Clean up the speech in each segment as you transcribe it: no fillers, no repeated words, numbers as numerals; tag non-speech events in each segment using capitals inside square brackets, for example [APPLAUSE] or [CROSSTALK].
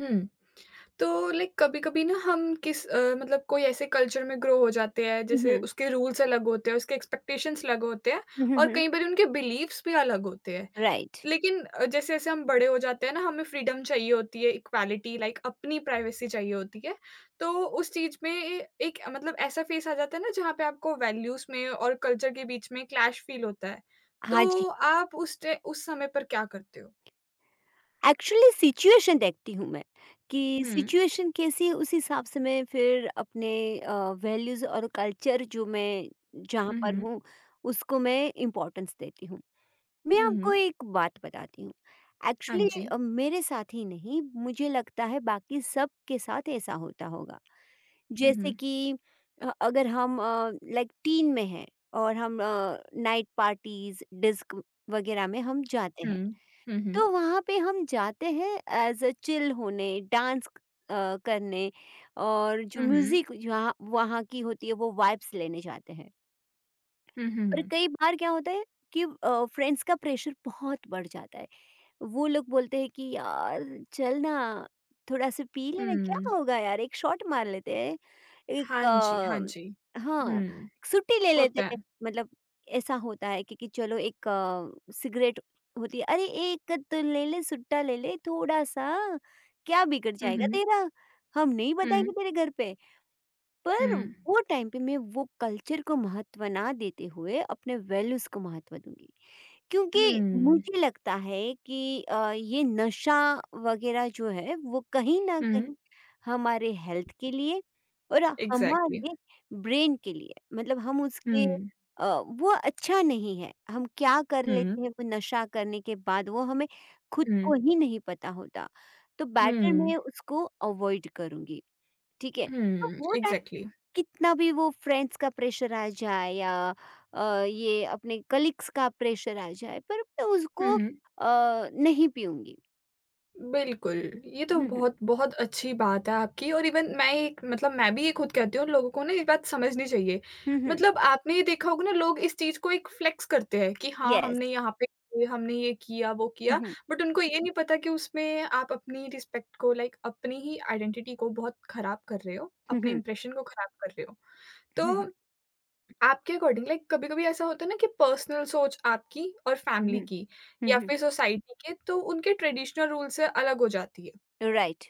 हुँ। तो लाइक कभी-कभी ना हम किस मतलब कोई ऐसे कल्चर में ग्रो हो जाते हैं हुँ, जैसे हुँ। उसके रूल्स अलग होते हैं, उसके एक्सपेक्टेशंस अलग होते हैं हुँ, हुँ, और हुँ। कई बार उनके बिलीव्स भी अलग होते हैं। राइट। लेकिन जैसे-जैसे हम बड़े हो जाते हैं ना हमें फ्रीडम चाहिए होती है, इक्वालिटी लाइक अपनी प्राइवेसी चाहिए होती है। तो उस चीज़ में एक मतलब ऐसा फेस आ जाता है ना जहाँ पे आपको वैल्यूज़ में और कल्चर के बीच में क्लैश फील होता है। हाँ जी, तो आप उस समय पर क्या करते हो? एक्चुअली सिचुएशन देखती हूँ मैं, कि हुँ। सिचुएशन कैसी है उस हिसाब से मैं फिर अपने अ, वैल्यूज़ और कल्चर जो मैं जहाँ हुँ, पर हुँ। हूँ, उसको मैं इम्पोर्टेंस देती हूँ। मैं हुँ, आपको हुँ। एक बात बताती हूँ, हाँ एक्चुअली जी। मेरे साथ ही नहीं मुझे लगता है बाकी सबके साथ ऐसा होता होगा। हुँ, जैसे हुँ। कि अगर हम लाइक टीन में हैं और हम नाइट पार्टीज डिस्क वगैरह में हम जाते हैं Hmm। Hmm। तो वहाँ पे हम जाते हैं एज अ चिल होने डांस करने और जो Hmm। म्यूजिक जहाँ वहाँ की होती है वो वाइब्स लेने जाते हैं। पर Hmm। कई बार क्या होता है कि फ्रेंड्स का प्रेशर बहुत बढ़ जाता है, वो लोग बोलते हैं कि यार चल ना, थोड़ा सा पी लेना, क्या Hmm। होगा, यार एक शॉट मार लेते हैं, एक Hangry। Hangry। हाँ Hmm। एक छुट्टी ले लेते हैं। Hotter। मतलब ऐसा होता है, क्योंकि चलो एक सिगरेट होती है, अरे एक तो ले ले, सुट्टा ले ले थोड़ा सा, क्या बिगड़ जाएगा Hmm। तेरा, हम नहीं Hmm। बताएंगे तेरे घर पे। पर Hmm। वो टाइम पे मैं वो कल्चर को महत्व ना देते हुए अपने वैल्यूज को महत्व दूंगी, क्योंकि मुझे लगता है कि ये नशा वगैरह जो है वो कहीं न Hmm। कहीं हमारे हेल्थ के लिए और Exactly। हमारे ब्रेन के लिए, मतलब हम उसके Hmm। वो अच्छा नहीं है। हम क्या कर Hmm। लेते हैं वो नशा करने के बाद वो हमें खुद को Hmm। ही नहीं पता होता। तो बेटर Hmm। मैं उसको अवॉइड करूँगी, ठीक है? तो Hmm। वो टाइम Exactly। कितना भी वो फ्रेंड्स का प्रेशर आ जाए या ये अपने कलीग्स का प्रेशर आ जाए, पर मैं उसको Hmm। नहीं पीऊँगी। बिल्कुल, ये तो हुँ, हुँ, बहुत बहुत अच्छी बात है आपकी और इवन मैं एक मतलब मैं भी ये खुद कहती हूँ, लोगों को ना ये बात समझनी चाहिए। हुँ, हुँ, मतलब आपने ये देखा होगा ना लोग इस चीज़ को एक फ्लेक्स करते हैं कि हाँ, यस। हमने यहाँ पे हमने ये किया, वो हुँ, किया, हुँ, बट उनको ये नहीं पता कि उसमें आप अपनी रिस्पेक्ट को लाइक अपनी ही आइडेंटिटी को बहुत खराब कर रहे हो, हुँ, अपने हुँ, इंप्रेशन को खराब कर रहे हो। हुँ, तो हुँ, आपके अकॉर्डिंग लाइक कभी-कभी ऐसा होता है ना कि पर्सनल सोच आपकी और हुँ, फैमिली की हुँ, या हुँ, फिर सोसाइटी के, तो उनके ट्रेडिशनल रूल से अलग हो जाती है। राइट।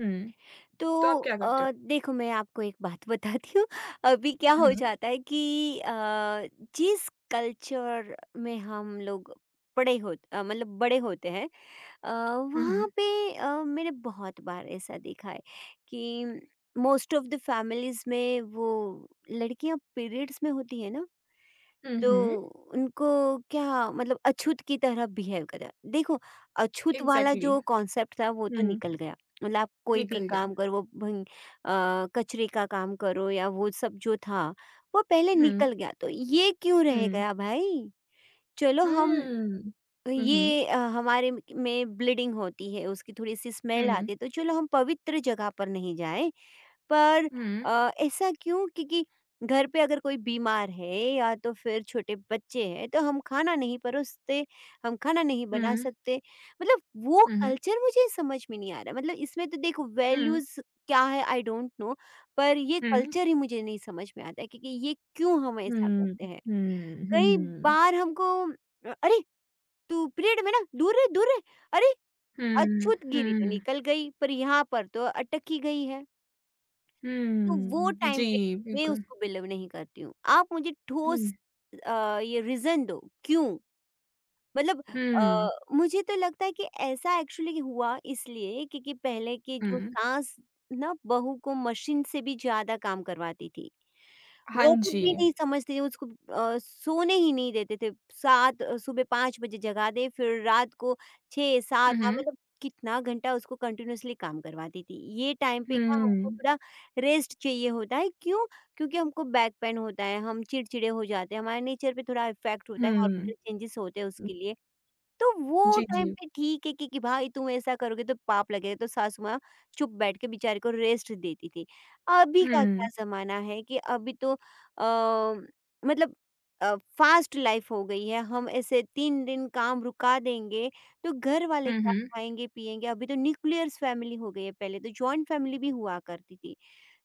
हुँ। तो तो आप क्या करते हो? देखो मैं आपको एक बात बताती हूँ, अभी क्या हो हुँ, हुँ। जाता है कि अ, जिस कल्चर में हम लोग मतलब बड़े होते हैं, अ, हुँ, वहाँ हुँ। पे मैंने बहुत बार ऐसा देखा है कि मोस्ट ऑफ द फैमिलीज में वो लड़कियां पीरियड्स में होती है ना, हुँ, तो हुँ। उनको क्या मतलब अछूत की तरह बिहेव करा, देखो अछूत वाला एग्ज़ैक्टली। जो कॉन्सेप्ट था वो तो हुँ, निकल गया, मतलब आप कोई भी निकल गया। काम करो, कचरे का काम करो या वो सब जो था वो पहले हुँ, निकल हुँ, गया, तो ये क्यों रह हुँ। गया भाई? चलो हुँ, हम हुँ, हुँ, ये हुँ, हमारे म में ब्लीडिंग होती है, उसकी थोड़ी-सी स्मेल हुँ, आती है, तो चलो हम पवित्र जगह पर नहीं जाएँ, पर हुँ, ऐसा क्यों? क्योंकि घर पे अगर कोई बीमार है या तो फिर छोटे बच्चे हैं, तो हम खाना नहीं परोसते, हम खाना नहीं बना हुँ, सकते। मतलब वो हुँ, हुँ, कल्चर मुझे समझ में नहीं आ रहा, मतलब इसमें तो देखो हुँ, वैल्यूज़ क्या है, आई डोंट नो, पर ये कल्चर ही मुझे नहीं समझ में आता है, क्योंकि ये क्यों हम ऐसा करते हैं? कई हुँ, बार हमको अरे! तू पीरियड में ना, दूर रहे दूर रहे, अरे हुँ, अछूत गिरी तो हुँ, निकल गई, पर यहाँ पर तो अटक ही गई है। तो वो हुँ। टाइम पे जी, मैं बिल्कुल। उसको बिलीव नहीं करती हूँ, आप मुझे ठोस हुँ, ये रीजन दो क्यों? मतलब हुँ, मुझे तो लगता है कि ऐसा एक्चुअली हुआ इसलिए, क्योंकि पहले की जो हुँ। सास ना बहू को मशीन से भी ज़्यादा काम करवाती थी। हाँ रोबोट जी। भी नहीं समझते थे उसको, सोने ही नहीं देते थे। सुबह 5 बजे जगा दे, फिर रात को 6-7 हाँ, हुँ, मतलब कितना घंटा उसको कंटिन्यूअसली काम करवाती थी। ये टाइम पे क्या हमको हुँ, थोड़ा रेस्ट चाहिए होता है क्यों? क्योंकि हमको बैक पेन होता है, हम चिड़चिड़े हो जाते हैं, हमारे नेचर पे थोड़ा इफ़ेक्ट होता है, हुँ, हार्मोनल चेंजेज़ होते हैं हुँ। उसके लिए। तो वो जी, टाइम जी। पे ठीक है कि भाई तुम ऐसा करोगे तो पाप लगेगा, तो सासू माँ चुप बैठ के बेचारे को रेस्ट देती थी। अभी का हुँ, क्या ज़माना है कि अभी तो मतलब फ़ास्ट लाइफ़ हो गई है, हम ऐसे 3 दिन काम रुका देंगे, तो घर वाले हुँ, क्या हुँ, खाएँगे-पिएँगे? अभी तो न्यूक्लियर्स फैमिली हो गई है, पहले तो जॉइंट फैमिली भी हुआ करती थी।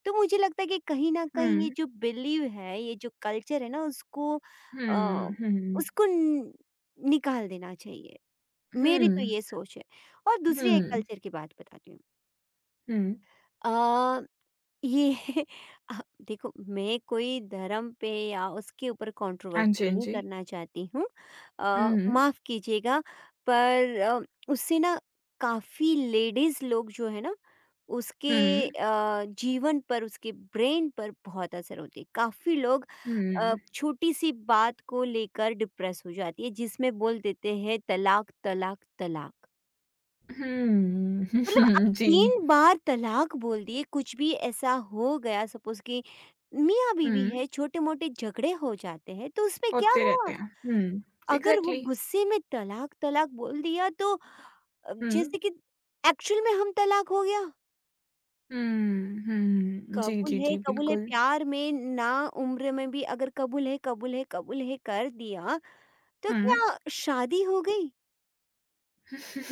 तो मुझे लगता है कि कहीं न हुँ, कहीं ये जो बिलीव है, ये जो कल्चर है ना उसको हुँ, हुँ, उसको न निकाल देना चाहिए। मेरी तो हुँ, ये सोच है। और दूसरी एक हुँ। कल्चर की बात बताती हूँ। हुँ। अ ये [LAUGHS] आ, देखो मैं कोई धर्म पे या उसके ऊपर हाँ कंट्रोवर्सी जी, हाँ नहीं जी। करना चाहती हूँ, हुँ, माफ कीजिएगा, पर उससे ना काफी लेडीज लोग जो है ना उसके हुँ, जीवन पर, उसके ब्रेन पर बहुत असर होती है। काफी लोग हुँ, छोटी सी बात को लेकर डिप्रेस हो जाती है, जिसमें बोल देते हैं तलाक तलाक तलाक। हुँ, मतलब आप [LAUGHS] जी। 3 बार तलाक बोल दिए, कुछ भी ऐसा हो गया सपोज़ कि मियाँ-बीवी हुँ, है, छोटे-मोटे झगड़े हो जाते हैं, तो उसमें क्या होते हुआ? रहते हैं। हुँ, अगर वो एग्ज़ैक्टली। गुस्से में तलाक-तलाक बोल दिया तो हुँ, जैसे कि एक्चुअल में हम तलाक हो गया। हुँ, हुँ। जी, जी, जी, कबूल है बिल्कुल। प्यार में ना उम्र में भी अगर कबूल है, कबूल है, कबूल है कर दिया, तो हुँ। क्या शादी हो गई?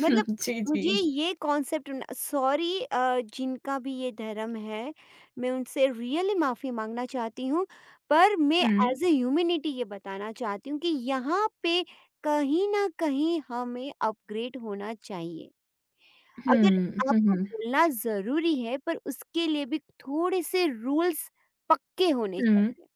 मतलब जी, जी। मुझे ये कॉन्सेप्ट सॉरी जिनका भी ये धर्म है, मैं उनसे रियली माफ़ी माँगना चाहती हूँ, पर मैं हुँ, एज़ अ ह्यूमैनिटी ये बताना चाहती हूँ कि यहाँ पे कहीं न कहीं हमें अपग्रेड होना चाहिए। अगर हुँ, हुँ, आपको हुँ, बोलना ज़रूरी है, पर उसके लिए भी थोड़े-से रूल्स पक्के होने हुँ। चाहिए।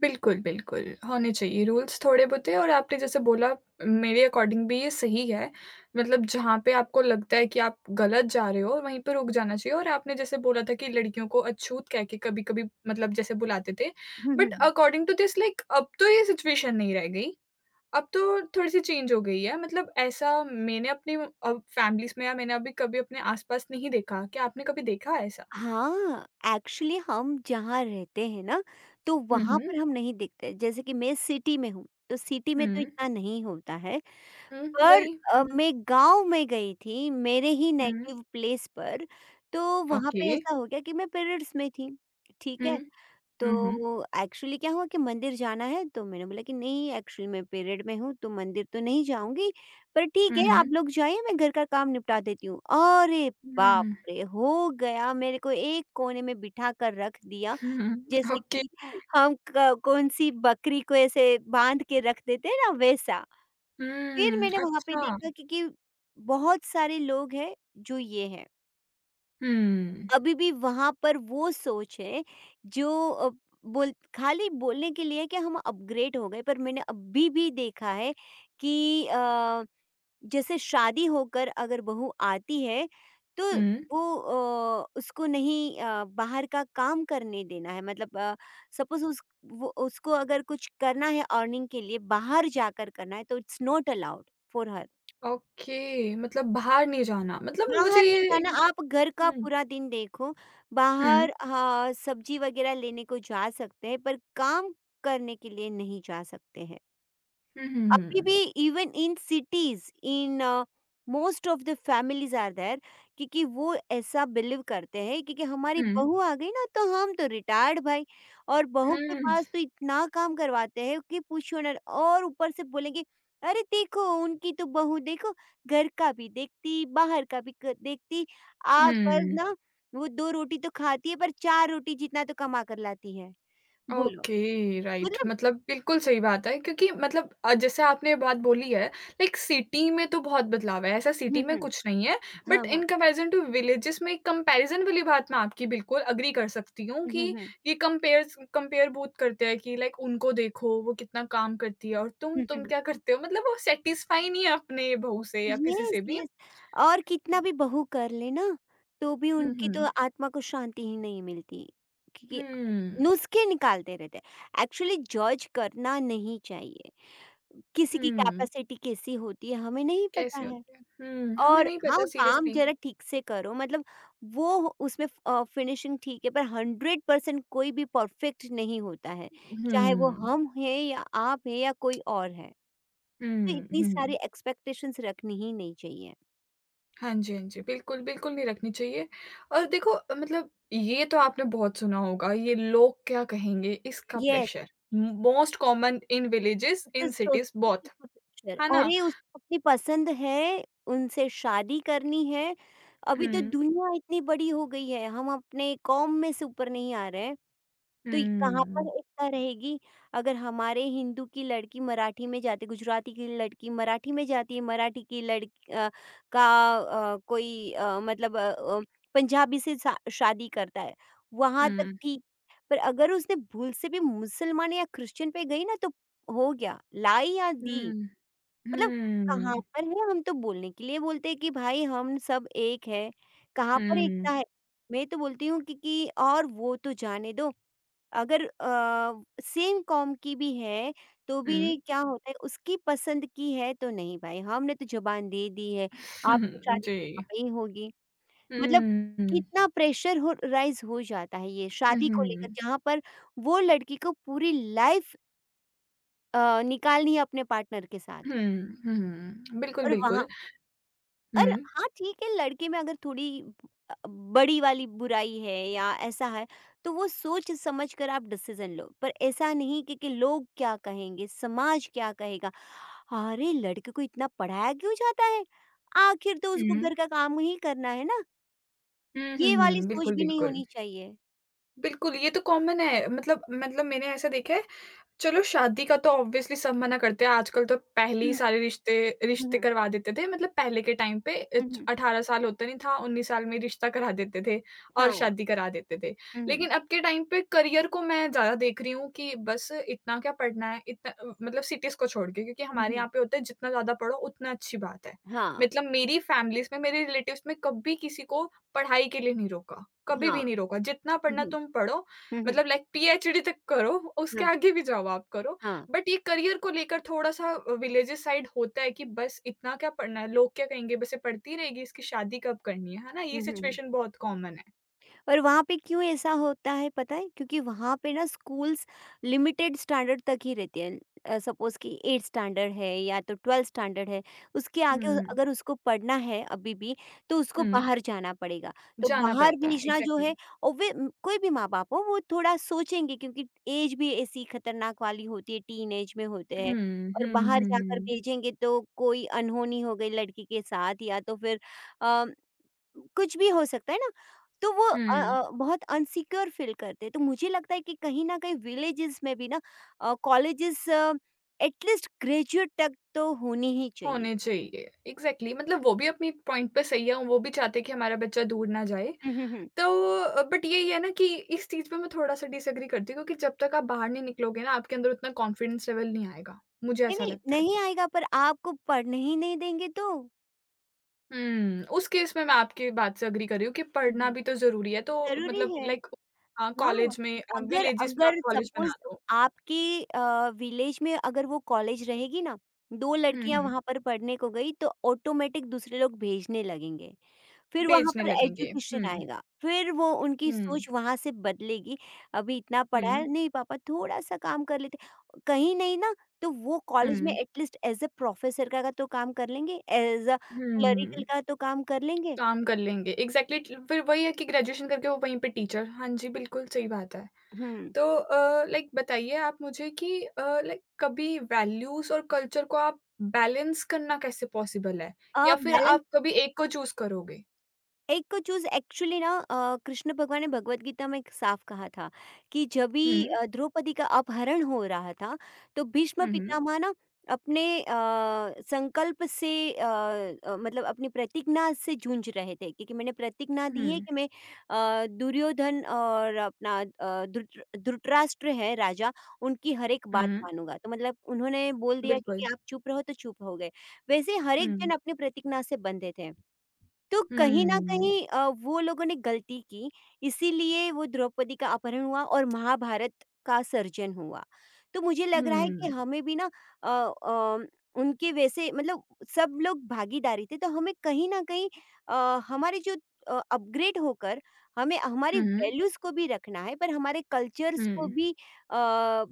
बिल्कुल, बिल्कुल, होने चाहिए रूल्स थोड़े-बहुते और आपने जैसे बोला मेरे अकॉर्डिंग भी ये सही है। मतलब जहाँ पे आपको लगता है कि आप गलत जा रहे हो, वहीं पे रुक जाना चाहिए और आपने जैसे बोला था कि लड़कियों को अछूत कह के कभी-कभी मतलब जैसे बुलाते थे। हुँ, बट हुँ। अकॉर्डिंग टू दिस लाइक अब तो ये सिचुएशन नहीं रह गई, अब तो थोड़ी-सी चेंज हो गई है। मतलब ऐसा मैंने अपनी अब फैमिलीज़ में या मैंने अभी कभी अपने आस-पास नहीं देखा। क्या आपने कभी देखा है ऐसा? हाँ, एक्चुअली हम जहाँ रहते हैं ना, तो हुँ। हुँ, वहाँ हुँ। पर हम नहीं दिखते। जैसे कि मैं सिटी में हूँ, तो सिटी में तो हुँ। इतना नहीं होता है। हुँ, पर वही। हुँ, मैं गाँव में गई थी, मेरे ही हुँ। नेटिव प्लेस पर, तो वहाँ ओके। पे ऐसा हो गया कि मैं पीरियड्स में थी, ठीक है? हुँ। तो Mhm, एक्चुअली क्या हुआ कि मंदिर जाना है, तो मैंने बोला कि नहीं, एक्चुअली मैं पीरियड में हूँ, तो मंदिर तो नहीं जाऊँगी, पर ठीक है आप mhm, लोग जाइए, मैं घर का काम निपटा देती हूँ। अरे हुँ। बाप हुँ, रे! हो गया, मेरे को एक कोने में बिठा कर रख दिया, हुँ, जैसे ओके, कि हम क कौन-सी बकरी को ऐसे बाँध के रख देते हैं ना, वैसा। फिर हुँ, [LAUGHS] मैंने वहाँ पे अच्छा, देखा कि बहुत सारे लोग हैं जो ये हैं। हुँ, अभी भी वहाँ पर वो सोच है जो बोल खाली बोलने के लिए कि हम अपग्रेड हो गए, पर मैंने अभी भी देखा है कि जैसे शादी होकर अगर बहू आती है तो हुँ, वो उसको नहीं बाहर का काम करने देना है, मतलब सपोज उस वो उसको अगर कुछ करना है अर्निंग के लिए बाहर जाकर करना है, तो it's not allowed for her. Okay मतलब बाहर नहीं जाना मतलब मुझे बाहर नहीं ये जाना, आप घर का हुँ, पूरा दिन देखो। हुँ। हुँ, बाहर हाँ, सब्ज़ी वगैरह लेने को जा सकते हैं, पर काम करने के लिए नहीं जा सकते हैं। हुँ, हुँ, अभी हुँ, भी even in cities in most of the families are there, क्योंकि वो ऐसा बिलीव करते हैं क्योंकि हमारी हुँ, बहू आ गई ना तो हम तो रिटायर्ड भाई, और बहू के हुँ, पास तो इतना काम करवाते हैं कि पूछो ना, और ऊपर से बोलेंगे अरे देखो उनकी तो बहू देखो, घर का भी देखती, बाहर का भी देखती आकर हुँ। ना, वो दो रोटी तो खाती है, पर चार रोटी जितना तो कमा कर लाती है। बोलो ओके, राइट मतलब। मतलब बिल्कुल सही बात है क्योंकि मतलब जैसे आपने बात बोली है लाइक सिटी में तो बहुत बदलाव है, ऐसा सिटी में हम्म। कुछ नहीं है। हाँ बट हाँ। इन कंपैरिज़न टू विलेजेस में कंपैरिज़न वाली बात मैं आपकी बिल्कुल एग्री कर सकती हूँ हम्म कि हम्म हम्म ये कंपेयर्स कंपेयर बहुत करते हैं कि लाइक उनको देखो, वो कितना काम करती है और तुम हम्म तुम हम्म। क्या करते हो? मतलब वो सैटिस्फाई नहीं है अपने बहू से या किसी यस, से भी। यस। और कितना भी बहू कर ले ना, तो भी हुँ, उनकी तो हुँ। आत्मा को शांति ही नहीं मिलती, क्योंकि हुँ, नुस्खे निकालते रहते हैं। एक्चुअली जज करना नहीं चाहिए, किसी की हुँ, कैपेसिटी कैसी होती है हमें नहीं पता कैसी है। होती है? हुँ, हमें और नहीं हाँ, पता काम सीरियसली। ज़रा ठीक से करो, मतलब उसमें फिनिशिंग ठीक है, पर 100% कोई भी परफेक्ट नहीं होता है, हुँ। चाहे वो हम हैं या आप हैं या कोई और है। तो हुँ, इतनी सारी हुँ। एक्सपेक्टेशंस रखनी ही नहीं चाहिए। हाँ जी, हाँ जी। बिल्कुल, बिल्कुल नहीं रखनी चाहिए और देखो मतलब ये तो आपने बहुत सुना होगा, ये लोग क्या कहेंगे इसका yes. Pressure. Most common in villages, तो इन सिटीज़ सोचो कि बोथ, फ्यूचर है ना? अरे उसको अपनी पसंद है, उनसे शादी करनी है। अभी तो हुँ, दुनिया इतनी बड़ी हो गई है, हम अपने कौम में से ऊपर नहीं आ रहे हैं। हुँ, तो ये कहाँ पर हुँ, एकता रहेगी? अगर हमारे हिंदू की लड़की मराठी में जाती है, गुजराती की लड़की मराठी में जाती है, मराठी की लड़क अ, का अ, कोई अ, मतलब अ अ, पंजाबी से सा शादी करता है, वहाँ तक हुँ, ठीक। पर अगर उसने भूल से भी मुसलमान या क्रिश्चियन पे गई ना, तो हो गया, लाई या दी। मतलब कहाँ हुँ, पर है, हम तो बोलने के लिए बोलते हैं कि भाई हम सब एक हैं, कहाँ पर हुँ, एकता है? मैं तो बोलती हूँ कि और वो तो जाने दो, अगर सेम कॉम की भी है, तो हुँ। भी क्या होता है, उसकी पसंद की है तो नहीं भाई, हमने तो ज़ुबान दे दी है, आपकी [LAUGHS] शादी जी। ही होगी। मतलब हुँ, कितना प्रेशर हो राइज़ हो जाता है ये हुँ, शादी को लेकर, हुँ, जहाँ पर वो लड़की को पूरी लाइफ़ निकालनी है अपने पार्टनर के साथ। हुँ, हुँ। बिल्कुल, और वहाँ बिल्कुल। और हुँ, हाँ ठीक है, लड़के में अगर थोड़ी बड़ी वाली बुराई है या ऐसा है, तो वो सोच समझ कर आप डिसीजन लो, पर ऐसा नहीं कि, कि लोग क्या कहेंगे, समाज क्या कहेगा, अरे लड़के को इतना पढ़ाया क्यों जाता है, आखिर तो उसको हुँ। घर का काम ही करना है ना, हुँ, ये हुँ, वाली हुँ। सोच बिल्कुल, भी नहीं बिल्कुल। होनी चाहिए। बिल्कुल, ये तो कॉमन है मतलब मैंने ऐसा देखा है चलो शादी का तो ऑब्वियसली सब मना करते हैं, आजकल तो पहले ही हम्म, सारे रिश्ते रिश्ते हम्म, करवा देते थे, मतलब पहले के टाइम पे इच हम्म, 18 साल होता नहीं था, 19 साल में रिश्ता करा देते थे और हाँ। शादी करा देते थे। हम्म, लेकिन अब के टाइम पे करियर को मैं ज़्यादा देख रही हूँ कि बस इतना क्या पढ़ना है, इतना मतलब सिटीज़ को छोड़ के क्योंकि हमारे हम्म, यहाँ पे होता है जितना ज़्यादा पढ़ो उतना अच्छी बात है। हाँ मतलब मेरी फैमिलीज़ में, मेरे रिलेटिव्स में कभी किसी को पढ़ाई के लिए नहीं रोका, कभी हाँ। भी नहीं रोका, जितना पढ़ना हम्म, तुम पढ़ो हम्म, मतलब लाइक पीएचडी तक करो, उसके हाँ आगे भी जाओ आप करो। हाँ। बट ये करियर को लेकर थोड़ा-सा विलेजेस साइड होता है कि बस इतना क्या पढ़ना है, लोग क्या कहेंगे, बस ये पढ़ती रहेगी, इसकी शादी कब करनी है ना? ये हम्म। सिचुएशन बहुत कॉमन है। और वहाँ पे क्यों ऐसा होता है पता है, क्योंकि वहाँ पे ना स्कूल्स लिमिटेड स्टैंडर्ड तक ही रहते हैं, सपोज कि एट स्टैंडर्ड है या तो ट्वेल्थ स्टैंडर्ड है, उसके आगे हुँ, अगर उसको पढ़ना है अभी भी, तो उसको हुँ, बाहर जाना पड़ेगा। तो जाना बाहर पड़ता है, भेजना जो है, एग्ज़ैक्टली। और कोई भी माँ बाप हो वो थोड़ा सोचेंगे, क्योंकि एज भी ऐसी खतरनाक वाली होती है, टीन एज में होते हैं हुँ, और हुँ, बाहर हुँ, जाकर हुँ, भेजेंगे तो कोई अनहोनी हो गई लड़की के साथ या तो फिर कुछ भी हो सकता है ना, तो वो हुँ। बहुत अनसिक्योर फ़ील करते हैं। तो मुझे लगता है कि कहीं न कहीं विलेजेस में भी ना कॉलेजेस एटलीस्ट ग्रेजुएट तक तो होनी ही चाहिए। होने चाहिए, एग्ज़ैक्टली मतलब वो भी अपनी पॉइंट पे सही है, वो भी चाहते हैं कि हमारा बच्चा दूर ना जाए। हुँ, हुँ, हुँ। तो बट यही है ना कि इस चीज़ पे मैं थोड़ा-सा डिसएग्री करती हूँ क्योंकि जब तक आप बाहर नहीं निकलोगे ना, आपके अंदर उतना कॉन्फिडेंस लेवल नहीं आएगा, मुझे नहीं, ऐसा नहीं, लगता है। नहीं आएगा, पर आपको पढ़ने ही नहीं देंगे तो? हुँ, उस केस में मैं आपकी बात से एग्री कर रही हूँ कि हुँ, पढ़ना हुँ। भी तो ज़रूरी है, तो ज़रूरी मतलब है। लाइक हाँ, कॉलेज में अगर विलेजेस में आप अगर कॉलेज सपोज़ बना दो। आपकी विलेज में अगर वो कॉलेज रहेगी ना, 2 हुँ, लड़कियाँ हुँ, वहाँ पर पढ़ने को गई तो ऑटोमेटिक दूसरे लोग भेजने लगेंगे। फिर वहाँ भेजने पर लगेंगे। एजुकेशन हुँ, आएगा, फिर वो उनकी हुँ, सोच वहाँ से बदलेगी, अभी इतना पढ़ा है, हुँ, नहीं पापा थोड़ा-सा काम कर लेते कहीं नहीं ना, तो वो कॉलेज में हुँ, at least as a professor का तो काम कर लेंगे, एज़ अ क्लरिकल हुँ, का तो काम कर लेंगे। काम कर लेंगे। एग्ज़ैक्टली फिर वही है कि ग्रेजुएशन करके वो वहीं पे टीचर। हाँ जी, बिल्कुल सही बात है। हुँ, तो लाइक बताइए आप मुझे कि लाइक कभी वैल्यूज़ और कल्चर को आप बैलेंस करना कैसे पॉसिबल है? या फिर बैलेंस आप कभी एक को चूज़ करोगे? एक चीज एक्चुअली ना, कृष्ण भगवान ने भगवत गीता में एक साफ कहा था कि जब हुँ, भी द्रौपदी का अपहरण हो रहा था, तो भीष्म हुँ, हुँ, पितामह ना अपने संकल्प से मतलब अपनी प्रतिज्ञा से जूझ रहे थे, क्योंकि मैंने प्रतिज्ञा दी है हुँ, कि मैं दुर्योधन और अपना धृतराष्ट्र है राजा, उनकी हर एक बात हुँ, मानूंगा, तो मतलब उन्होंने बोल दिया बिल्कुल। कि आप चुप रहो तो चुप हो गए। वैसे हर हुँ, एक हुँ, जन अपनी प्रतिज्ञा से बंधे थे, तो कहीं न कहीं वो लोगों ने गलती की, इसीलिए वो द्रौपदी का अपहरण हुआ और महाभारत का सर्जन हुआ। तो मुझे लग रहा है हुँ। कि हुँ, हमें भी ना अ अ, उनके वैसे मतलब सब लोग भागीदारी थे, तो हमें कहीं न कहीं अ, हमारे जो अपग्रेड होकर हमें हमारी हुँ, वैल्यूज़ को भी रखना है, पर हमारे कल्चर्स को हुँ, भी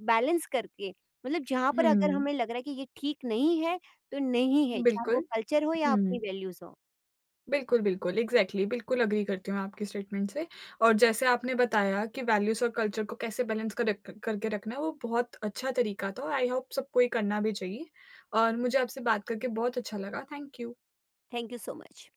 बैलेंस करके, मतलब जहाँ पर हुँ। अगर हुँ, हमें लग रहा है कि ये ठीक नहीं है, तो नहीं है, चाहे वो बिल्कुल, कल्चर हो या हुँ। अपनी वैल्यूज़ हो। बिल्कुल, बिल्कुल। एग्ज़ैक्टली बिल्कुल एग्री करती हूँ आपकी स्टेटमेंट से और जैसे आपने बताया कि वैल्यूज़ और कल्चर को कैसे बैलेंस कर रख करके रखना है, वो बहुत अच्छा तरीका था और आई होप सबको ये करना भी चाहिए और मुझे आपसे बात करके बहुत अच्छा लगा। Thank you. Thank you so much.